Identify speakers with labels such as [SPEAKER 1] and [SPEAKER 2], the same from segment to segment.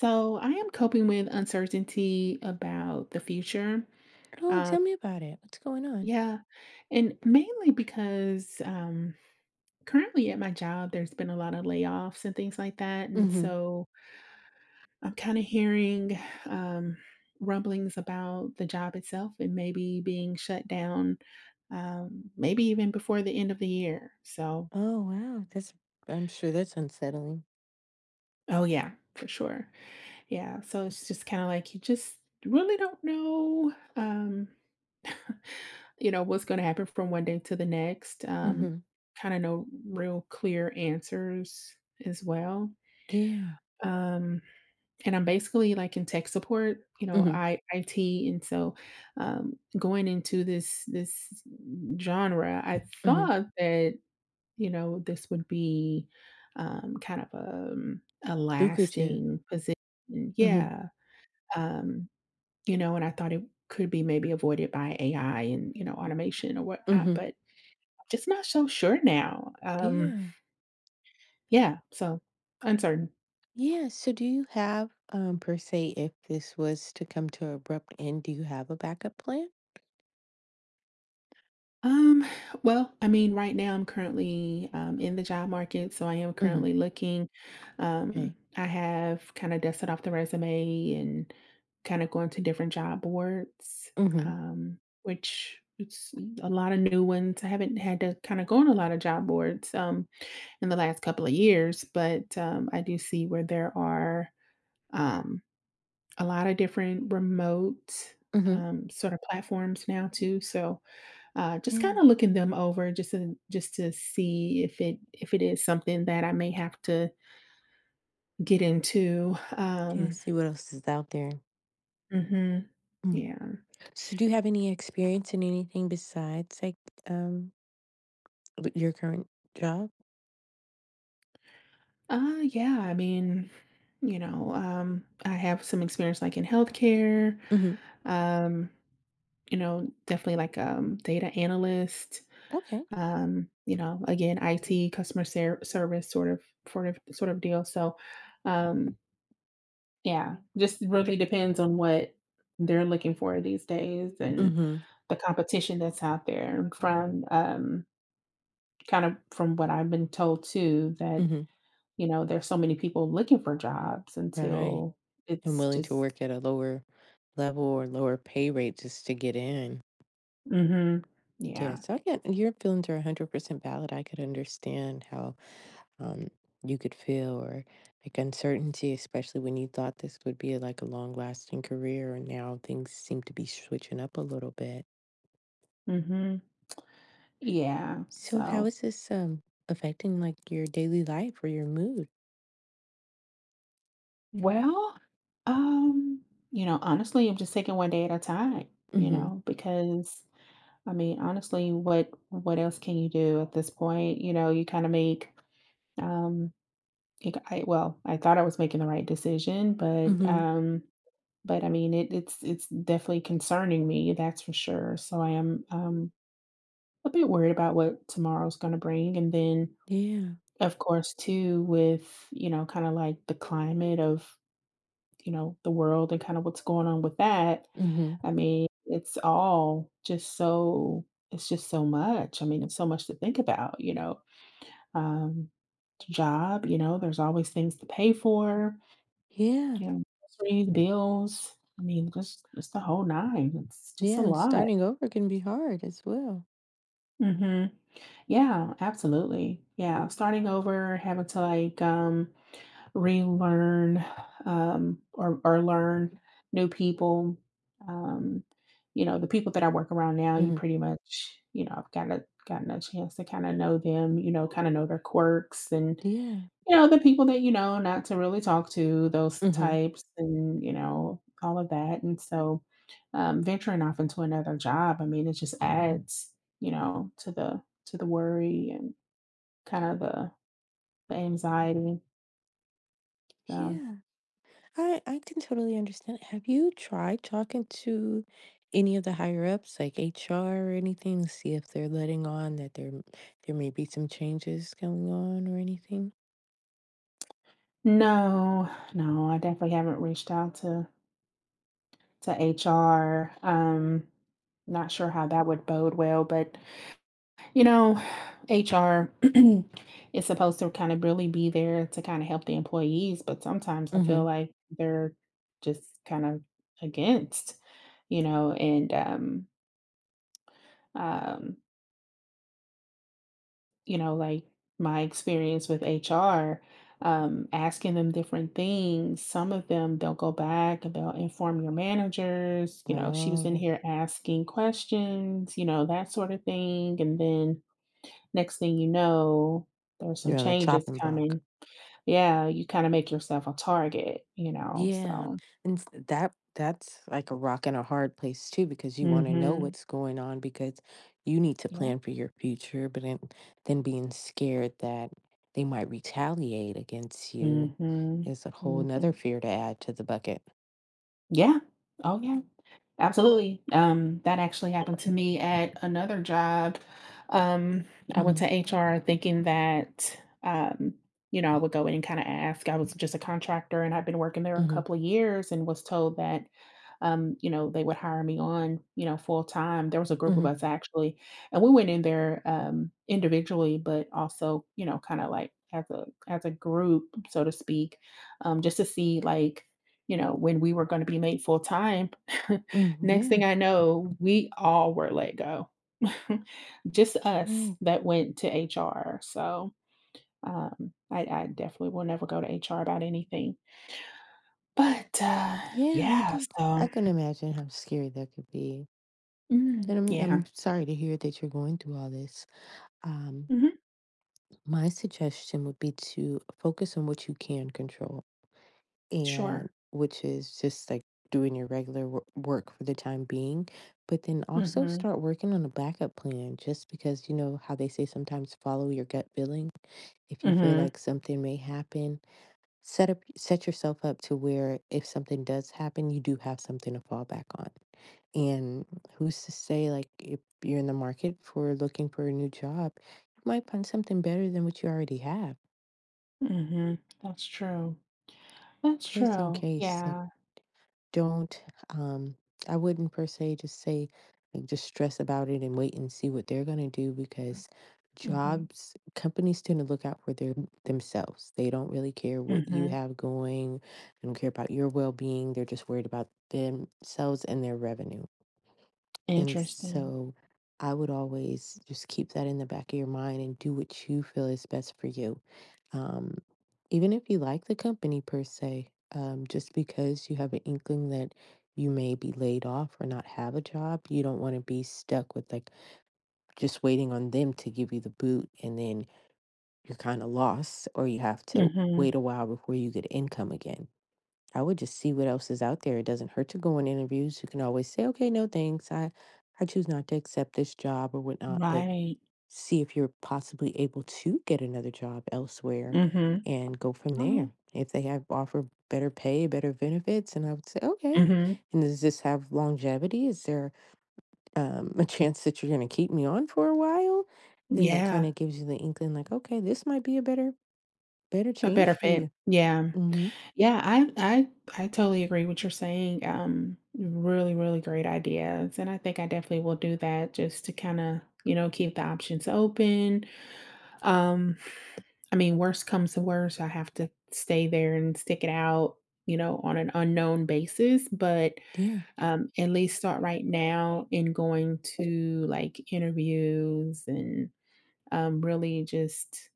[SPEAKER 1] So I am coping with uncertainty about the future.
[SPEAKER 2] Oh,
[SPEAKER 1] Um,
[SPEAKER 2] tell me about it. What's going on?
[SPEAKER 1] yeah, and mainly because currently at my job, there's been a lot of layoffs and things like that, and
[SPEAKER 2] Hmm.
[SPEAKER 1] so I'm kind of hearing um, rumblings about the job itself and maybe being shut down, maybe even before the end of the year. So,
[SPEAKER 2] Oh, wow. That's, I'm sure that's unsettling.
[SPEAKER 1] oh yeah, for sure. Yeah, so it's just kind of like you just really don't know. What's going to happen from one day to the next.
[SPEAKER 2] Hmm.
[SPEAKER 1] Kind of no real clear answers as well.
[SPEAKER 2] Yeah.
[SPEAKER 1] Um, and I'm basically like in tech support, you know,
[SPEAKER 2] Hmm.
[SPEAKER 1] I IT, and so going into this genre, I
[SPEAKER 2] Hmm.
[SPEAKER 1] thought that you know this would be kind of a
[SPEAKER 2] Lucrative.
[SPEAKER 1] lasting position.
[SPEAKER 2] Hmm.
[SPEAKER 1] Yeah, um, you know, and I thought it could be maybe avoided by AI and you know automation or whatnot,
[SPEAKER 2] Hmm.
[SPEAKER 1] but just not so sure now.
[SPEAKER 2] Yeah.
[SPEAKER 1] Yeah, so uncertain.
[SPEAKER 2] Yeah. So do you have, per se, if this was to come to abrupt end, do you have a backup plan?
[SPEAKER 1] Um, well, I mean, right now I'm currently in the job market, so I am
[SPEAKER 2] Hmm.
[SPEAKER 1] currently looking. Um,
[SPEAKER 2] Right.
[SPEAKER 1] I have kind of dusted off the resume and kind of going to different job boards,
[SPEAKER 2] Hmm.
[SPEAKER 1] which it's a lot of new ones. I haven't had to kind of go on a lot of job boards in the last couple of years, but I do see where there are. Um, a lot of different remote
[SPEAKER 2] Hmm.
[SPEAKER 1] sort of platforms now too. So just kind
[SPEAKER 2] Yeah.
[SPEAKER 1] of looking them over just to see if it is something that I may have to get into.
[SPEAKER 2] Yeah. See what else is out there.
[SPEAKER 1] Hmm,
[SPEAKER 2] Mm.
[SPEAKER 1] yeah.
[SPEAKER 2] So do you have any experience in anything besides like um your current job?
[SPEAKER 1] Yeah. I mean, I have some experience like in healthcare.
[SPEAKER 2] Hmm.
[SPEAKER 1] Um, you know, definitely like data analyst,
[SPEAKER 2] Okay.
[SPEAKER 1] you know, again, IT customer service sort of deal. So, um, yeah, just really depends on what they're looking for these days and
[SPEAKER 2] Hmm.
[SPEAKER 1] the competition that's out there. And from kind of from what I've been told too, that
[SPEAKER 2] Hmm.
[SPEAKER 1] you know, there's so many people looking for jobs
[SPEAKER 2] Right.
[SPEAKER 1] until
[SPEAKER 2] And
[SPEAKER 1] it's
[SPEAKER 2] willing to
[SPEAKER 1] just,
[SPEAKER 2] work at a lower level or lower pay rate just to get in.
[SPEAKER 1] mm-hmm,
[SPEAKER 2] Yeah.
[SPEAKER 1] yeah,
[SPEAKER 2] So I Your feelings are 100% valid. I could understand how um, you could feel or like uncertainty, especially when you thought this would be like a long lasting career. And now things seem to be switching up a little bit.
[SPEAKER 1] mm-hmm, yeah.
[SPEAKER 2] So, how
[SPEAKER 1] So.
[SPEAKER 2] is this affecting like your daily life or your mood?
[SPEAKER 1] Well, um, you know, honestly, I'm just taking one day at a time,
[SPEAKER 2] Mm
[SPEAKER 1] you
[SPEAKER 2] hmm.
[SPEAKER 1] know, because I mean, honestly, what else can you do at this point? You know, you kind of make um you I, well, I thought I was making the right decision,
[SPEAKER 2] Mm hmm.
[SPEAKER 1] but I mean, it's definitely concerning me, that's for sure. So I am a bit worried about what tomorrow's going to bring, and then
[SPEAKER 2] Yeah.
[SPEAKER 1] of course too with, you know, kind of like the climate of you know, the world and kind of what's going on with that,
[SPEAKER 2] Mm hmm.
[SPEAKER 1] I mean, it's just so much. I mean, it's so much to think about, you know. Um, Job, you know, there's always things to pay for,
[SPEAKER 2] Yeah.
[SPEAKER 1] you know, groceries, bills. I mean, just the whole nine. It's just
[SPEAKER 2] Yeah.
[SPEAKER 1] a
[SPEAKER 2] And
[SPEAKER 1] lot.
[SPEAKER 2] starting over can be hard as well.
[SPEAKER 1] Hmm. Yeah, absolutely. Yeah, starting over, having to like relearn, or learn new people. Um, you know, the people that I work around now, you pretty much, you know, I've gotten a chance to kind of know them, you know, kind of know their quirks and
[SPEAKER 2] Yeah.
[SPEAKER 1] you know, the people that you know not to really talk to, those
[SPEAKER 2] Mhm.
[SPEAKER 1] types and, you know, all of that. And so venturing off into another job, I mean, it just adds, you know, to the worry and kind of the anxiety. So
[SPEAKER 2] Yeah. I can totally understand. Have you tried talking to any of the higher ups, like HR or anything, to see if they're letting on that there may be some changes going on or anything?
[SPEAKER 1] no, no, I definitely haven't reached out to HR. Not sure how that would bode well, but you know, HR is supposed to kind of really be there to kind of help the employees, but sometimes I feel
[SPEAKER 2] Mhm.
[SPEAKER 1] like they're just kind of against, you know, and um, um, you know, like my experience with HR, asking them different things. Some of them they'll go back and they'll inform your managers, you know, she
[SPEAKER 2] Oh,
[SPEAKER 1] was in
[SPEAKER 2] okay.
[SPEAKER 1] here asking questions, you know, that sort of thing. And then next thing you know, there's some
[SPEAKER 2] You're on the
[SPEAKER 1] changes
[SPEAKER 2] chopping block.
[SPEAKER 1] coming. Yeah, you kind of make yourself a target, you know.
[SPEAKER 2] Yeah.
[SPEAKER 1] So,
[SPEAKER 2] And s- that's like a rock and a hard place too because you want to know
[SPEAKER 1] hmm,
[SPEAKER 2] what's going on because you need to
[SPEAKER 1] yeah.
[SPEAKER 2] plan for your future, but then being scared that they might retaliate against you.
[SPEAKER 1] Hmm.
[SPEAKER 2] Is a whole 'nother
[SPEAKER 1] Hmm.
[SPEAKER 2] fear to add to the bucket.
[SPEAKER 1] Yeah. Oh, yeah. Absolutely. That actually happened to me at another job. Um, I went
[SPEAKER 2] Mhm,
[SPEAKER 1] to HR thinking that, um, you know, I would go in and kind of ask. I was just a contractor and I've been working there a
[SPEAKER 2] mhm,
[SPEAKER 1] couple of years and was told that, you know, they would hire me on, you know, full time. There was a group of
[SPEAKER 2] mhm,
[SPEAKER 1] us actually, and we went in there individually, but also, you know, kind of like as a group, so to speak, just to see like, you know, when we were going to be made full time.
[SPEAKER 2] mm,
[SPEAKER 1] Next
[SPEAKER 2] yeah,
[SPEAKER 1] thing I know, we all were let go. Just us
[SPEAKER 2] right.
[SPEAKER 1] that went to HR. So, I definitely will never go to HR about anything. But,
[SPEAKER 2] Yeah, I
[SPEAKER 1] yeah,
[SPEAKER 2] can. I
[SPEAKER 1] so
[SPEAKER 2] can imagine how scary that could be,
[SPEAKER 1] mm,
[SPEAKER 2] and I'm
[SPEAKER 1] yeah.
[SPEAKER 2] sorry to hear that you're going through all this. Um,
[SPEAKER 1] Mhm.
[SPEAKER 2] my suggestion would be to focus on what you can control, and
[SPEAKER 1] Sure.
[SPEAKER 2] which is just, like, doing your regular work for the time being, but then also
[SPEAKER 1] Mhm.
[SPEAKER 2] start working on a backup plan just because, you know, how they say sometimes follow your gut feeling? If you feel
[SPEAKER 1] Mhm.
[SPEAKER 2] like something may happen, set yourself up to where if something does happen you do have something to fall back on, and who's to say, like, if you're in the market for looking for a new job you might find something better than what you already have.
[SPEAKER 1] Mhm. That's true. That's
[SPEAKER 2] Just in
[SPEAKER 1] true.
[SPEAKER 2] case, like,
[SPEAKER 1] Yeah.
[SPEAKER 2] don't um I wouldn't per se just say like just stress about it and wait and see what they're gonna do, because
[SPEAKER 1] Mhm.
[SPEAKER 2] jobs companies tend to look out for their themselves. They don't really care what you
[SPEAKER 1] Mhm.
[SPEAKER 2] have going, they don't care about your well being, they're just worried about themselves and their revenue. And
[SPEAKER 1] Interesting.
[SPEAKER 2] so I would always just keep that in the back of your mind and do what you feel is best for you. Um, even if you like the company per se, just because you have an inkling that you may be laid off or not have a job, you don't want to be stuck with like just waiting on them to give you the boot and then you're kind of lost or you have to
[SPEAKER 1] Mhm.
[SPEAKER 2] wait a while before you get income again. I would just see what else is out there. It doesn't hurt to go on interviews. You can always say, okay, no thanks. I choose not to accept this job or whatnot, but
[SPEAKER 1] Right.
[SPEAKER 2] see if you're possibly able to get another job elsewhere
[SPEAKER 1] Mhm.
[SPEAKER 2] and go from
[SPEAKER 1] Oh,
[SPEAKER 2] there. If they have offer better pay, better benefits, and I would say,
[SPEAKER 1] yeah.
[SPEAKER 2] okay.
[SPEAKER 1] Mhm.
[SPEAKER 2] And does this have longevity? Is there a chance that you're going to keep me on for a while? Then that kind
[SPEAKER 1] Yeah.
[SPEAKER 2] of gives you the inkling, like, okay, this might be a better, better
[SPEAKER 1] A better
[SPEAKER 2] change for
[SPEAKER 1] fit.
[SPEAKER 2] you.
[SPEAKER 1] Yeah.
[SPEAKER 2] Mm-hmm.
[SPEAKER 1] Yeah, I totally agree with what you're saying. Really, really great ideas. And I think I definitely will do that just to kind of, you know, keep the options open. Um, I mean, worst comes to worst, I have to stay there and stick it out, you know, on an unknown basis, but
[SPEAKER 2] Yeah.
[SPEAKER 1] at least start right now in going to like interviews and really just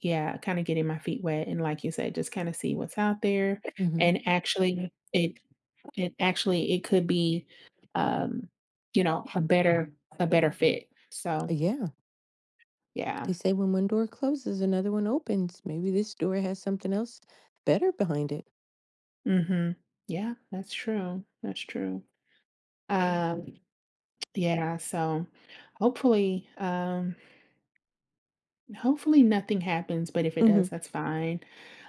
[SPEAKER 1] yeah, kinda getting my feet wet and like you said, just kinda see what's out there,
[SPEAKER 2] Mm-hmm.
[SPEAKER 1] and actually it it actually it could be, um, you know, a better fit. So,
[SPEAKER 2] Yeah.
[SPEAKER 1] yeah.
[SPEAKER 2] They say when one door closes, another one opens. Maybe this door has something else better behind it.
[SPEAKER 1] Mhm. Yeah, that's true, that's true. Um, yeah, so hopefully, hopefully nothing happens, but if it does,
[SPEAKER 2] Hmm.
[SPEAKER 1] that's fine.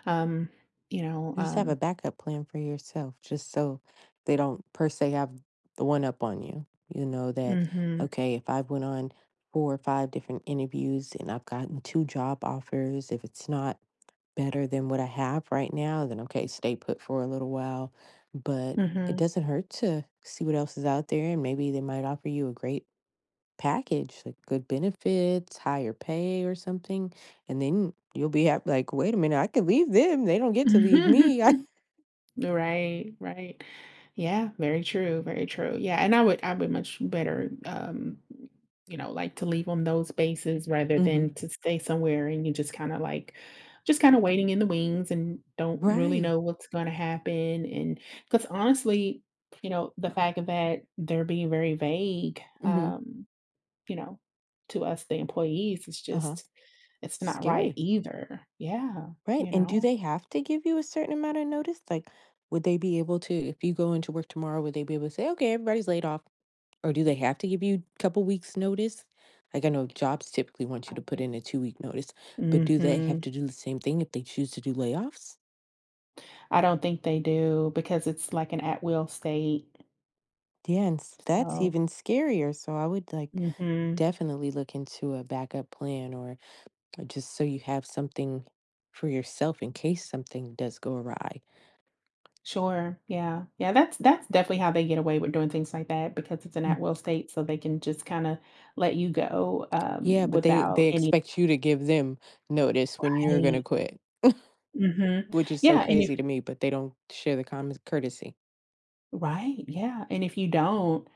[SPEAKER 1] Um, you know,
[SPEAKER 2] Just have a
[SPEAKER 1] um
[SPEAKER 2] backup plan for yourself, just so they don't per se have the one up on you. You know that
[SPEAKER 1] Mhm,
[SPEAKER 2] okay, if I went on four or five different interviews and I've gotten two job offers, if it's not better than what I have right now, then okay, stay put for a little while. But it
[SPEAKER 1] mhm.
[SPEAKER 2] doesn't hurt to see what else is out there, and maybe they might offer you a great package, like good benefits, higher pay or something, and then you'll be hap like, "Wait a minute, I could leave them, they don't get to leave me." I.
[SPEAKER 1] Right, right. Yeah, very true, very true. Yeah, and I would much better, you know, like to leave on those bases rather
[SPEAKER 2] Mhm.
[SPEAKER 1] than to stay somewhere and you just kind of like just kind of waiting in the wings and don't really
[SPEAKER 2] Right.
[SPEAKER 1] know what's going to happen, and cuz honestly, you know, the fact that they're being very vague,
[SPEAKER 2] Mhm.
[SPEAKER 1] you know, to us the employees is
[SPEAKER 2] Uh-huh.
[SPEAKER 1] just it's not right
[SPEAKER 2] Scary.
[SPEAKER 1] either. Yeah,
[SPEAKER 2] Right,
[SPEAKER 1] you
[SPEAKER 2] and do
[SPEAKER 1] know.
[SPEAKER 2] they have to give you a certain amount of notice? Like, would they be able to if you go into work tomorrow, would they be able to say, "Okay, everybody's laid off," or do they have to give you a couple weeks' notice? Like, I know jobs typically want you to put in a two-week notice, but do they have
[SPEAKER 1] Mhm.
[SPEAKER 2] to do the same thing if they choose to do layoffs?
[SPEAKER 1] I don't think they do because it's like an at-will state.
[SPEAKER 2] Yeah, and s that's
[SPEAKER 1] So
[SPEAKER 2] even scarier, so I would, like,
[SPEAKER 1] mhm.
[SPEAKER 2] definitely look into a backup plan or just so you have something for yourself in case something does go awry.
[SPEAKER 1] Sure. Yeah. Yeah, that's definitely how they get away with doing things like that because it's an
[SPEAKER 2] Mm,
[SPEAKER 1] at-will state, so they can just kinda let you go,
[SPEAKER 2] yeah, but they
[SPEAKER 1] without any
[SPEAKER 2] expect you to give them notice when you're gonna quit,
[SPEAKER 1] mhm.
[SPEAKER 2] which is so
[SPEAKER 1] Yeah, and if
[SPEAKER 2] crazy to me, but they don't share the common courtesy.
[SPEAKER 1] right, yeah, and if you don't,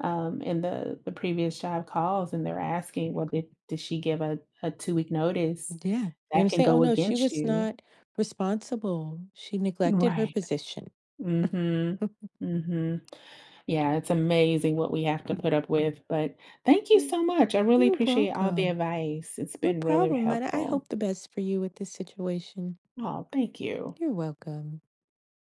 [SPEAKER 1] and the previous job calls and they're asking, "Well, did she give a 2-week notice?"
[SPEAKER 2] Yeah, they're
[SPEAKER 1] That
[SPEAKER 2] gonna
[SPEAKER 1] can
[SPEAKER 2] say, "Oh,
[SPEAKER 1] go
[SPEAKER 2] no, she
[SPEAKER 1] against
[SPEAKER 2] was
[SPEAKER 1] you.
[SPEAKER 2] not responsible. She neglected her
[SPEAKER 1] Right.
[SPEAKER 2] position."
[SPEAKER 1] Mhm. Mhm. Yeah, it's amazing what we have to put up with, but thank you
[SPEAKER 2] Yeah,
[SPEAKER 1] so much. I really
[SPEAKER 2] you're
[SPEAKER 1] appreciate all the
[SPEAKER 2] welcome.
[SPEAKER 1] advice. It's
[SPEAKER 2] No
[SPEAKER 1] been really
[SPEAKER 2] problem, and I
[SPEAKER 1] helpful.
[SPEAKER 2] hope the best for you with this situation.
[SPEAKER 1] Oh, thank you.
[SPEAKER 2] You're welcome.